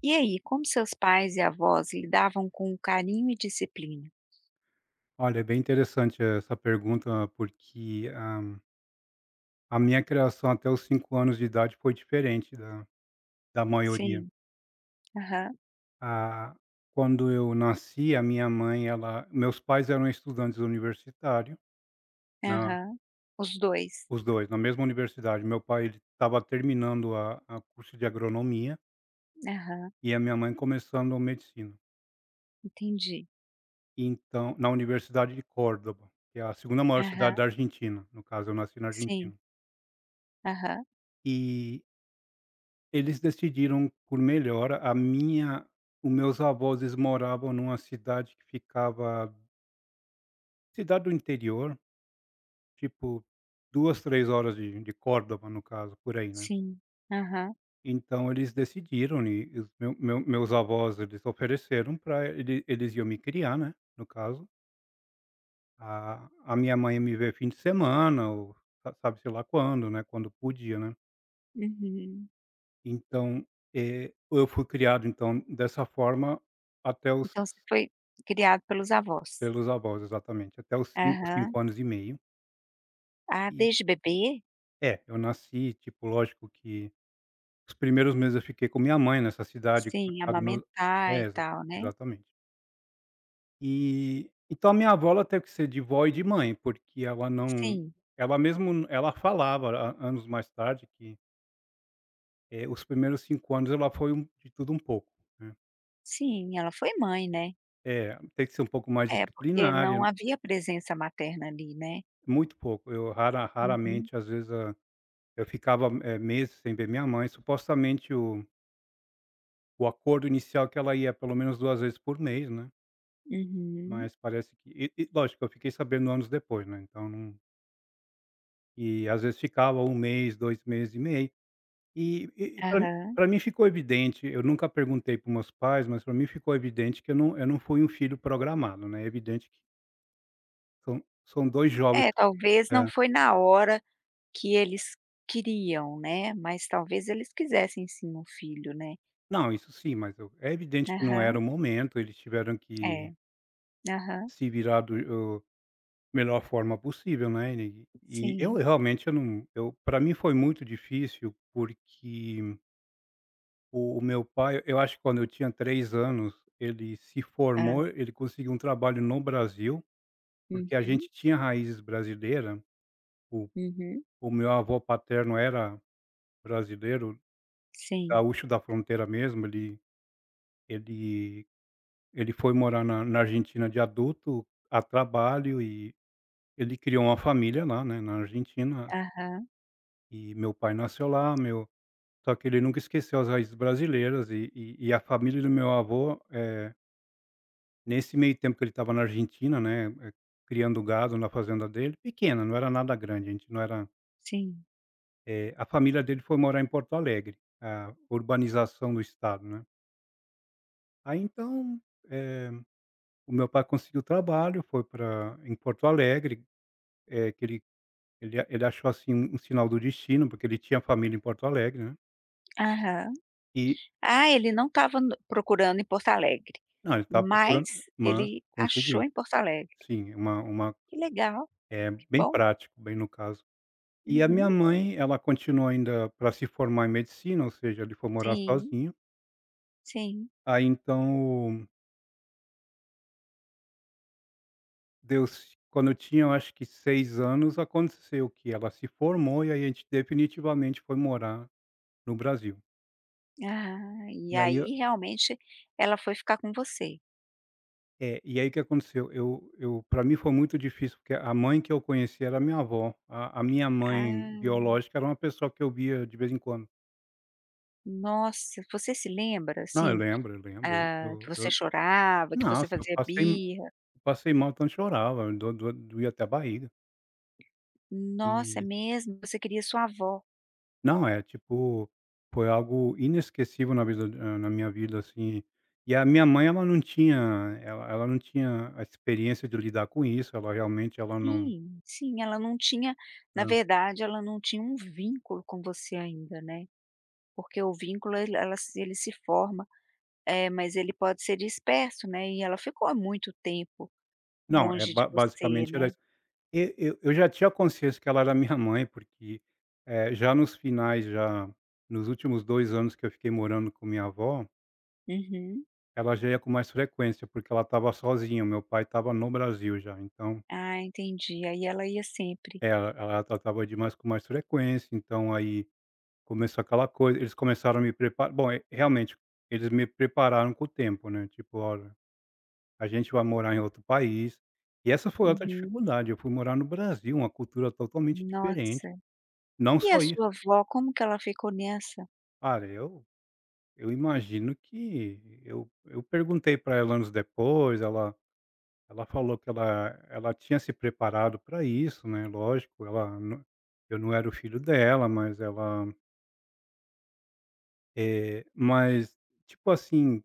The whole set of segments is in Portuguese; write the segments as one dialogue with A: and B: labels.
A: E aí, como seus pais e avós lidavam com carinho e disciplina?
B: Olha, é bem interessante essa pergunta, porque, a minha criação até os 5 anos de idade foi diferente da maioria.
A: Sim. Aham,
B: Ah, Quando eu nasci, a minha mãe, ela meus pais eram estudantes universitários, na
A: aham. Os dois.
B: os 2, na mesma universidade. Meu pai estava terminando a curso de agronomia
A: Aham,
B: e a minha mãe começando medicina.
A: entendi.
B: Então na Universidade de Córdoba, que é a segunda maior cidade
A: Aham,
B: da Argentina, no caso eu nasci na
A: sim.
B: Argentina.
A: Aham,
B: E Eles decidiram por melhor, a minha os meus avós, eles moravam numa cidade que ficava cidade do interior, tipo 2 3 horas de Córdoba, no caso, por aí, né.
A: sim. Aham,
B: Então eles decidiram e os meus avós, eles ofereceram para eles iam me criar, né, no caso. A minha mãe ia me ver fim de semana ou sa sabe-se lá quando, né, quando podia, né.
A: uhum.
B: Então, eu fui criado, então, dessa forma até os
A: Então você foi criado pelos avós?
B: Pelos avós, exatamente, até os
A: Aham.
B: 5 anos e meio.
A: Ah,
B: E
A: desde bebê?
B: É, eu nasci, tipo, lógico que os primeiros meses eu fiquei com minha mãe nessa cidade,
A: Sim,
B: lá do meu
A: amamentar
B: é,
A: e
B: exa
A: tal, né.
B: exatamente. E então a minha avó ela teve que ser de vó e de mãe, porque ela não
A: Sim,
B: ela mesmo n- ela falava a anos mais tarde que, os primeiros 5 anos ela foi um de tudo um pouco, né.
A: sim, ela foi mãe, né.
B: É, tem que ser um pouco mais
A: É, porque
B: disciplinar
A: não havia presença materna ali, né.
B: muito pouco, eu
A: Uhum,
B: raramente, às vezes eu ficava, meses sem ver minha mãe, supostamente o acordo inicial é que ela ia pelo menos 2 vezes por mês, né,
A: uhum.
B: mas parece que e lógico, eu fiquei sabendo anos depois, né, então não e às vezes ficava um mês, 2 meses e meio. E
A: Aham.
B: para mim ficou evidente, eu nunca perguntei para meus pais, mas para mim ficou evidente que eu não fui um filho programado, né, é evidente que são 2 jovens
A: É, talvez não
B: é.
A: foi na hora que eles queriam, né, mas talvez eles quisessem sim um filho, né.
B: Não, isso sim, mas eu é evidente que não era
A: Aham,
B: o momento, eles tiveram que
A: é. Aham,
B: se virar do melhor forma possível, né, e eu
A: sim.
B: realmente eu não eu pra mim foi muito difícil, porque o meu pai eu acho que quando eu tinha 3 anos, ele se
A: Hã.
B: formou, ele conseguiu um trabalho no Brasil, porque a
A: Uhum,
B: gente tinha raízes brasileira, o
A: uhum.
B: o meu avô paterno era brasileiro,
A: Sim.
B: gaúcho da fronteira mesmo, ele ele foi morar na Argentina de adulto, a trabalho e ele criou uma família lá, né, na Argentina,
A: Aham,
B: e meu pai nasceu lá, meu. Só que ele nunca esqueceu as raízes brasileiras e e a família do meu avô, nesse meio tempo que ele estava na Argentina, né, criando gado na fazenda dele, pequena, não era nada grande, a gente não era
A: sim.
B: a família dele foi morar em Porto Alegre, a urbanização do estado, né. Aí então, eh, o meu pai conseguiu trabalho, foi para em Porto Alegre, que ele achou, assim, um sinal do destino, porque ele tinha família em Porto Alegre, né,
A: Aham.
B: e
A: Ah, ele não estava no procurando em Porto Alegre,
B: não, ele estava
A: mas
B: procurando, mas
A: ele achou
B: conseguiu.
A: em Porto Alegre.
B: Sim, uma
A: Que legal,
B: é
A: que
B: bem
A: bom.
B: prático, bem no caso. E a minha
A: Uhum.
B: mãe, ela continuou ainda para se formar em medicina, ou seja, ele foi morar
A: Sim,
B: sozinho.
A: sim.
B: Aí então, deu quando eu tinha eu acho que 6 anos, aconteceu que ela se formou e aí a gente definitivamente foi morar no Brasil.
A: Ah, e
B: E aí eu
A: aí realmente ela foi ficar com você.
B: é, e aí o que aconteceu, eu para mim foi muito difícil, porque a mãe que eu conheci era minha avó, a minha mãe
A: Ah.
B: biológica era uma pessoa que eu via de vez em quando.
A: Nossa, você se lembra,
B: Não, eu
A: assim,
B: lembro, eu lembro.
A: ah, que
B: Eu
A: você
B: eu
A: chorava, que você
B: nossa, eu
A: fazia
B: passei,
A: birra?
B: passei mal, tanto chorava, do doía até a barriga.
A: Nossa, é
B: E
A: mesmo? Você queria sua avó.
B: não, é tipo, foi algo inesquecível na vida na minha vida, assim. E a minha mãe, ela ela não tinha a experiência de lidar com isso, ela realmente ela não
A: Sim, sim, ela não tinha na
B: hã,
A: verdade, ela não tinha um vínculo com você ainda, né, porque o vínculo ele ela se ele se forma, mas ele pode ser disperso, né, e ela ficou há muito tempo
B: não, é
A: longe de
B: ba
A: você,
B: basicamente era
A: né.
B: isso. E eu já tinha consciência que ela era minha mãe, porque, já nos finais, já nos últimos 2 anos que eu fiquei morando com minha avó,
A: Uhum.
B: ela já ia com mais frequência, porque ela estava sozinha, meu pai estava no Brasil já, então
A: Ah, entendi. Aí ela ia sempre.
B: é, ela tratava de mais com mais frequência, então aí começou aquela coisa, eles começaram a me preparar bom, realmente, eles me prepararam com o tempo, né, tipo: "Olha, a gente vai morar em outro país", e essa foi outra
A: Uhum.
B: dificuldade, eu fui morar no Brasil, uma cultura totalmente diferente,
A: Nossa.
B: não
A: E
B: só
A: a
B: isso,
A: sua avó, como que ela ficou nessa?
B: cara, eu imagino que eu perguntei para ela anos depois, ela ela falou que ela tinha se preparado para isso, né, lógico, ela não, eu não era o filho dela, mas ela eh, mas, tipo assim,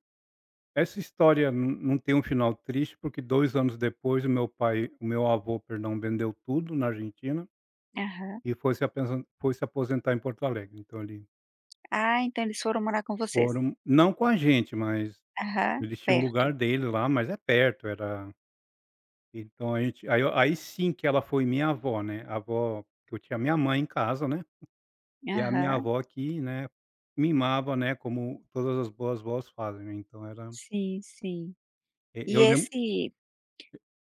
B: essa história não tem um final triste, porque 2 anos depois o meu avô, perdão, vendeu tudo na Argentina
A: Aham.
B: e foi se apensan foi se aposentar em Porto Alegre, então ele
A: Ah, então eles foram morar com vocês?
B: foram não com a gente, mas
A: Aham,
B: eles tinham o
A: perto.
B: lugar dele lá, mas é perto, era então a gente aí eu aí sim que ela foi minha avó, né, a avó que eu tinha minha mãe em casa, né, e a minha
A: Aham,
B: avó que, né, mimava, né, como todas as boas vós fazem, né, então era
A: sim, sim.
B: eu
A: E
B: lembro.
A: esse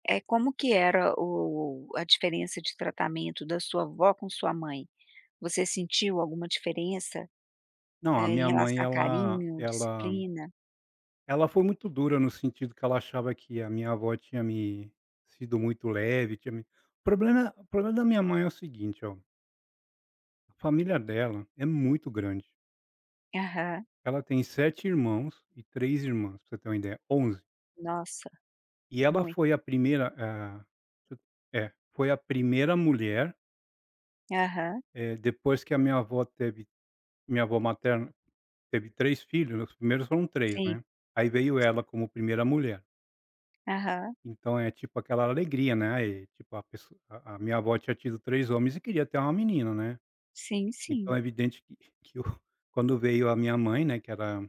A: é como que era o a diferença de tratamento da sua avó com sua mãe? Você sentiu alguma diferença,
B: Não, a
A: em
B: minha mãe
A: relação a carinho, disciplina?
B: ela foi muito dura no sentido que ela achava que a minha avó tinha me sido muito leve, tinha me o problema da minha mãe é o seguinte, ó, a família dela é muito grande.
A: Aham.
B: Ela tem 7 irmãos e 3 irmãs, pra você ter uma ideia, onze.
A: Nossa,
B: E ela foi
A: muito.
B: a primeira, ah, é, foi a primeira mulher,
A: Aham,
B: depois que a minha avó teve minha avó materna teve 3 filhos, os primeiros foram três,
A: sim,
B: né, aí veio
A: sim.
B: ela como primeira mulher.
A: Aham,
B: Então é tipo aquela alegria, né, aí, tipo a pessoa a minha avó tinha tido 3 homens e queria ter uma menina, né.
A: sim,
B: Então é
A: sim.
B: evidente que que o quando veio a minha mãe, né, que era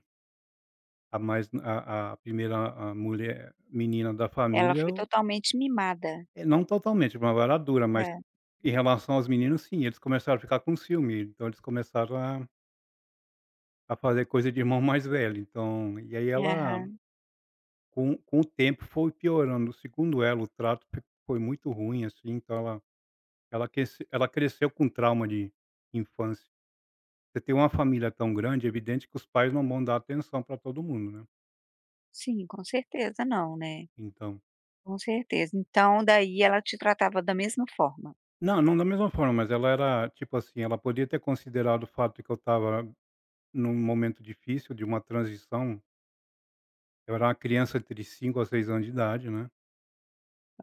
B: a primeira a mulher menina da
A: Ela
B: família,
A: foi
B: eu
A: totalmente mimada.
B: não totalmente, uma avó era dura, mas
A: É,
B: em relação aos meninos sim, eles começaram a ficar com ciúme, então eles começaram a fazer coisa de irmão mais velho, então e aí ela
A: aham.
B: com o tempo foi piorando, segundo ela, o trato foi muito ruim, assim, então ela. Ela quece Ela cresceu com trauma de infância. Você tem uma família tão grande, é evidente que os pais não vão dar atenção para todo mundo, né,
A: Sim, com certeza não, né.
B: então
A: Com certeza. Então, daí ela te tratava da mesma forma.
B: não, não da mesma forma, mas ela era, tipo assim, ela podia ter considerado o fato que eu estava num momento difícil de uma transição. Eu era uma criança entre 5 a 6 anos de idade, né,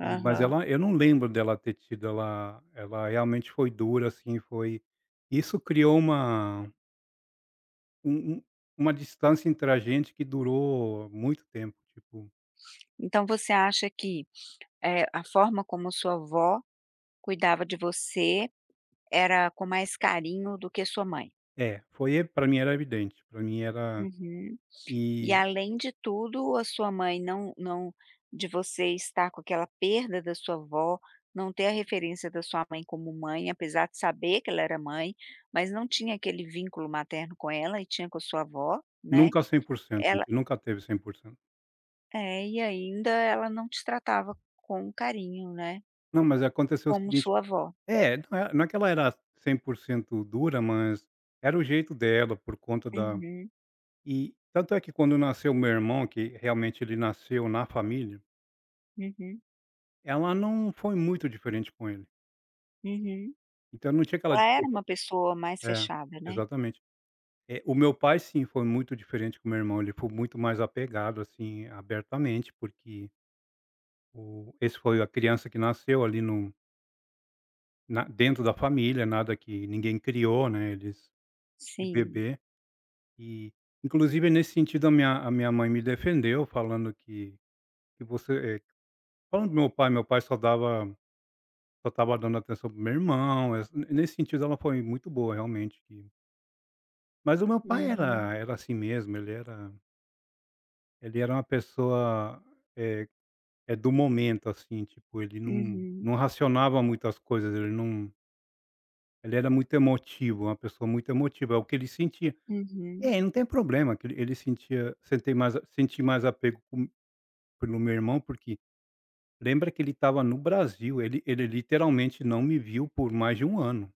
B: e mas
A: Aham.
B: ela, eu não lembro dela ter tido ela realmente foi dura, assim, foi isso criou uma um uma distância entre a gente que durou muito tempo, tipo
A: Então você acha que, a forma como sua avó cuidava de você era com mais carinho do que sua mãe?
B: é, foi e pra mim era evidente, pra mim era
A: Uhum. E
B: e
A: além de tudo, a sua mãe não de você estar com aquela perda da sua avó, não ter a referência da sua mãe como mãe, apesar de saber que ela era mãe, mas não tinha aquele vínculo materno com ela e tinha com a sua avó, né,
B: nunca 100%, a
A: ela
B: gente nunca teve 100%.
A: É, e ainda ela não te tratava com carinho, né,
B: Não, mas aconteceu o
A: como
B: seguinte
A: sua avó.
B: é, não é que ela era 100% dura, mas era o jeito dela por conta da.
A: Uhum,
B: E tanto é que quando nasceu meu irmão, que realmente ele nasceu na família,
A: uhum,
B: ela não foi muito diferente com ele,
A: uhum.
B: então não tinha aquela
A: Ela era
B: desculpa
A: uma pessoa mais
B: é,
A: fechada, né.
B: exatamente. Eh, o meu pai sim, foi muito diferente com meu irmão, ele foi muito mais apegado, assim, abertamente, porque o esse foi a criança que nasceu ali no na dentro da família, nada que ninguém criou, né, eles de
A: Sim.
B: bebê e, inclusive nesse sentido a minha mãe me defendeu falando que que você eh, falando do meu pai, só estava dando atenção pro meu irmão, essa nesse sentido ela foi muito boa realmente que mas o meu pai
A: Uhum,
B: era assim mesmo, ele era uma pessoa, é do momento assim, tipo ele
A: uhum,
B: não racionava muitas coisas, ele não. Ele era muito emotivo, uma pessoa muito emotiva, é o que ele sentia.
A: uhum.
B: É, não tem problema que ele sentia sentei mais senti mais apego com pelo meu irmão, porque lembra que ele estava no Brasil, ele literalmente não me viu por mais de um ano.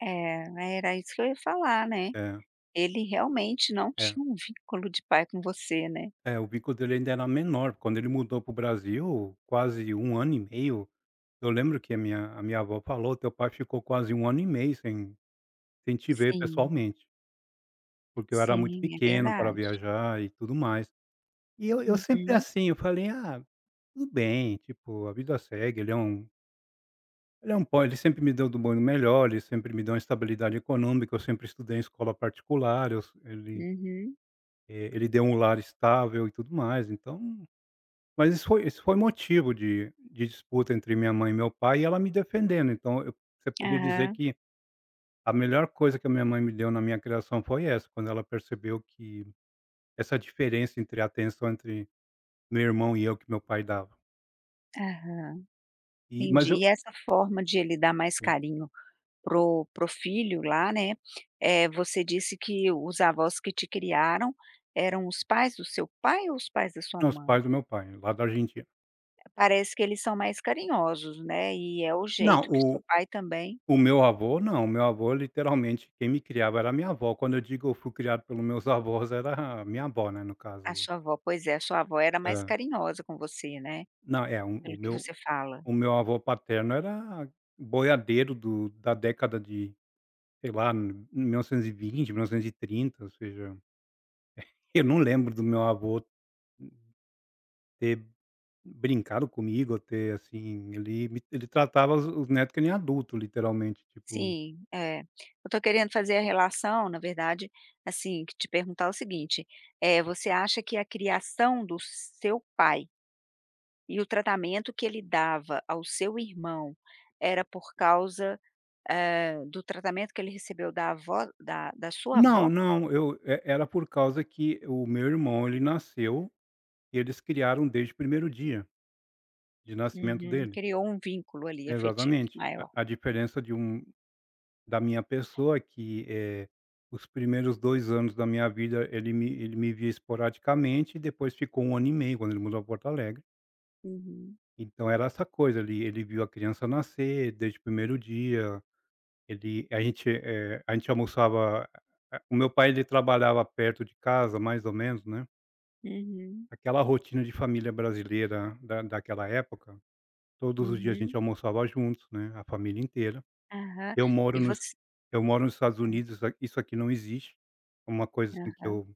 A: É, era isso que eu ia falar, né.
B: É,
A: Ele realmente não
B: é.
A: tinha um vínculo de pai com você, né.
B: É, o vínculo dele ainda era menor, quando ele mudou para o Brasil, quase um ano e meio, eu lembro que a minha avó falou: "Teu pai ficou quase um ano e meio sem sem te ver
A: Sim,
B: pessoalmente", porque eu era muito
A: sim, é
B: pequeno para
A: verdade.
B: viajar e tudo mais. E eu sempre
A: Uhum,
B: assim, eu falei: "Ah, tudo bem, tipo, a vida segue". Ele é um po ele sempre me deu do bom e do melhor, ele sempre me deu uma estabilidade econômica, eu sempre estudei em escola particular, ele,
A: uhum.
B: ele deu um lar estável e tudo mais, então mas isso foi motivo de disputa entre minha mãe e meu pai e ela me defendendo, então eu você podia dizer
A: Aham,
B: que a melhor coisa que a minha mãe me deu na minha criação foi essa, quando ela percebeu que essa diferença entre a atenção entre meu irmão e eu que meu pai dava.
A: aham.
B: E mas
A: Entendi. E essa forma de ele dar mais
B: eu
A: carinho pro o filho lá, né, você disse que os avós que te criaram eram os pais do seu pai ou os pais da sua
B: Não, os
A: mãe?
B: pais do meu pai, lá da Argentina.
A: Parece que eles são mais carinhosos, né, e é o
B: Não,
A: jeito que seu pai também
B: o meu avô não, o meu avô literalmente quem me criava era a minha avó, quando eu digo eu fui criado pelo meus avós era a minha avó, né, no
A: a
B: caso.
A: sua avó, pois é, a sua avó era mais
B: Hã.
A: carinhosa com você, né,
B: Não, é,
A: pelo que você fala.
B: o meu avô paterno era boiadeiro do da década de, sei lá, 1920, 1930, ou seja, eu não lembro do meu avô ter brincado comigo ele tratava os neto que nem adulto, literalmente, tipo.
A: Sim, é. Eu tô querendo fazer a relação, na verdade, assim, que te perguntar o seguinte, você acha que a criação do seu pai e o tratamento que ele dava ao seu irmão era por causa, do tratamento que ele recebeu da avó da sua
B: Não,
A: avó?
B: não, eu e era por causa que o meu irmão, ele nasceu e eles criaram desde o primeiro dia de nascimento
A: Uhum,
B: dele.
A: criou um vínculo ali afetivo
B: Exatamente. A
A: maior.
B: a diferença de um da minha pessoa é que, os primeiros 2 anos da minha vida ele me via esporadicamente e depois ficou um ano e meio quando ele mudou para Porto Alegre.
A: Uhum,
B: Então era essa coisa, ele viu a criança nascer desde o primeiro dia. Ele a gente, eh, a gente almoçava. O meu pai ele trabalhava perto de casa mais ou menos, né.
A: uhum,
B: Aquela rotina de família brasileira da daquela época, todos os dias a gente
A: uhum.
B: almoçava juntos, né, a família inteira.
A: Aham.
B: Eu moro
A: E
B: nos
A: você
B: eu moro nos Estados Unidos, a isso aqui não existe, é uma coisa assim que
A: aham.
B: eu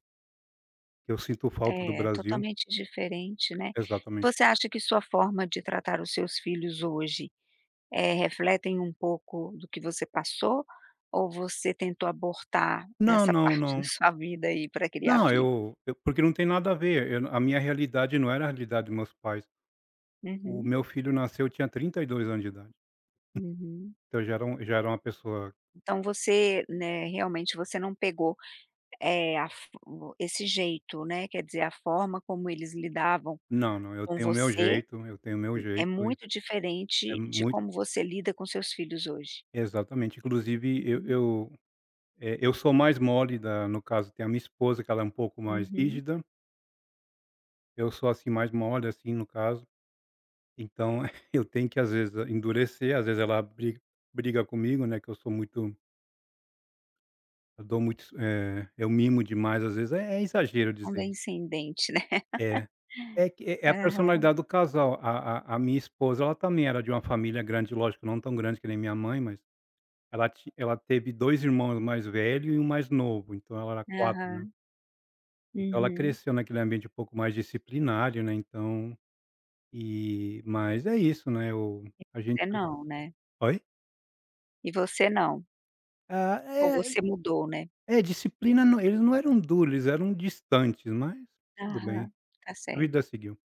B: que eu sinto falta do
A: É,
B: Brasil.
A: totalmente diferente, né.
B: Exatamente.
A: Você acha que sua forma de tratar os seus filhos hoje refletem um pouco do que você passou, ou você tentou abortar
B: Não,
A: essa
B: não,
A: parte da
B: não.
A: sua vida aí para criar
B: Não,
A: filho?
B: eu porque não tem nada a ver, eu a minha realidade não era a realidade dos meus pais. O
A: Uhum,
B: meu filho nasceu, eu tinha 32 anos de idade,
A: uhum.
B: então eu já era um já era uma pessoa.
A: Então você, né, realmente você não pegou, a f o esse jeito, né, quer dizer, a forma como eles lidavam
B: Não, não, eu
A: com
B: tenho o meu
A: você
B: jeito, eu tenho o meu
A: é
B: jeito e
A: muito
B: é
A: diferente de
B: muito
A: como você lida com seus filhos hoje.
B: exatamente. Inclusive
A: Uhum,
B: eu sou mais mole da no caso tem a minha esposa que ela é um pouco mais
A: uhum.
B: rígida, eu sou, assim, mais mole, assim, no caso, então eu tenho que às vezes endurecer, às vezes ela briga comigo, né, que eu dou muito, eu mimo demais às vezes, é exagero dizer isso.
A: Condescendente, né.
B: É, é que é a
A: Aham,
B: personalidade do casal, a minha esposa ela também era de uma família grande, lógico não tão grande que nem minha mãe, mas ela teve 2 irmãos mais velhos e um mais novo, então ela era quatro, né.
A: aham.
B: Então ela
A: Uhum.
B: cresceu naquele ambiente um pouco mais disciplinário, né, então e mas é isso, né, o a gente.
A: Você não, né.
B: Oi?
A: E você não?
B: Ah,
A: Ou
B: é
A: você mudou, né?
B: é disciplina não, eles não eram duros, eles eram distantes, mas tudo bem.
A: Aham, tá
B: A
A: certo.
B: vida seguiu.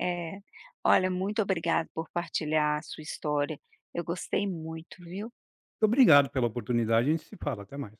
A: É. Olha, muito obrigada por partilhar a sua história. Eu gostei muito, viu?
B: Muito obrigado pela oportunidade, a gente se fala, até mais.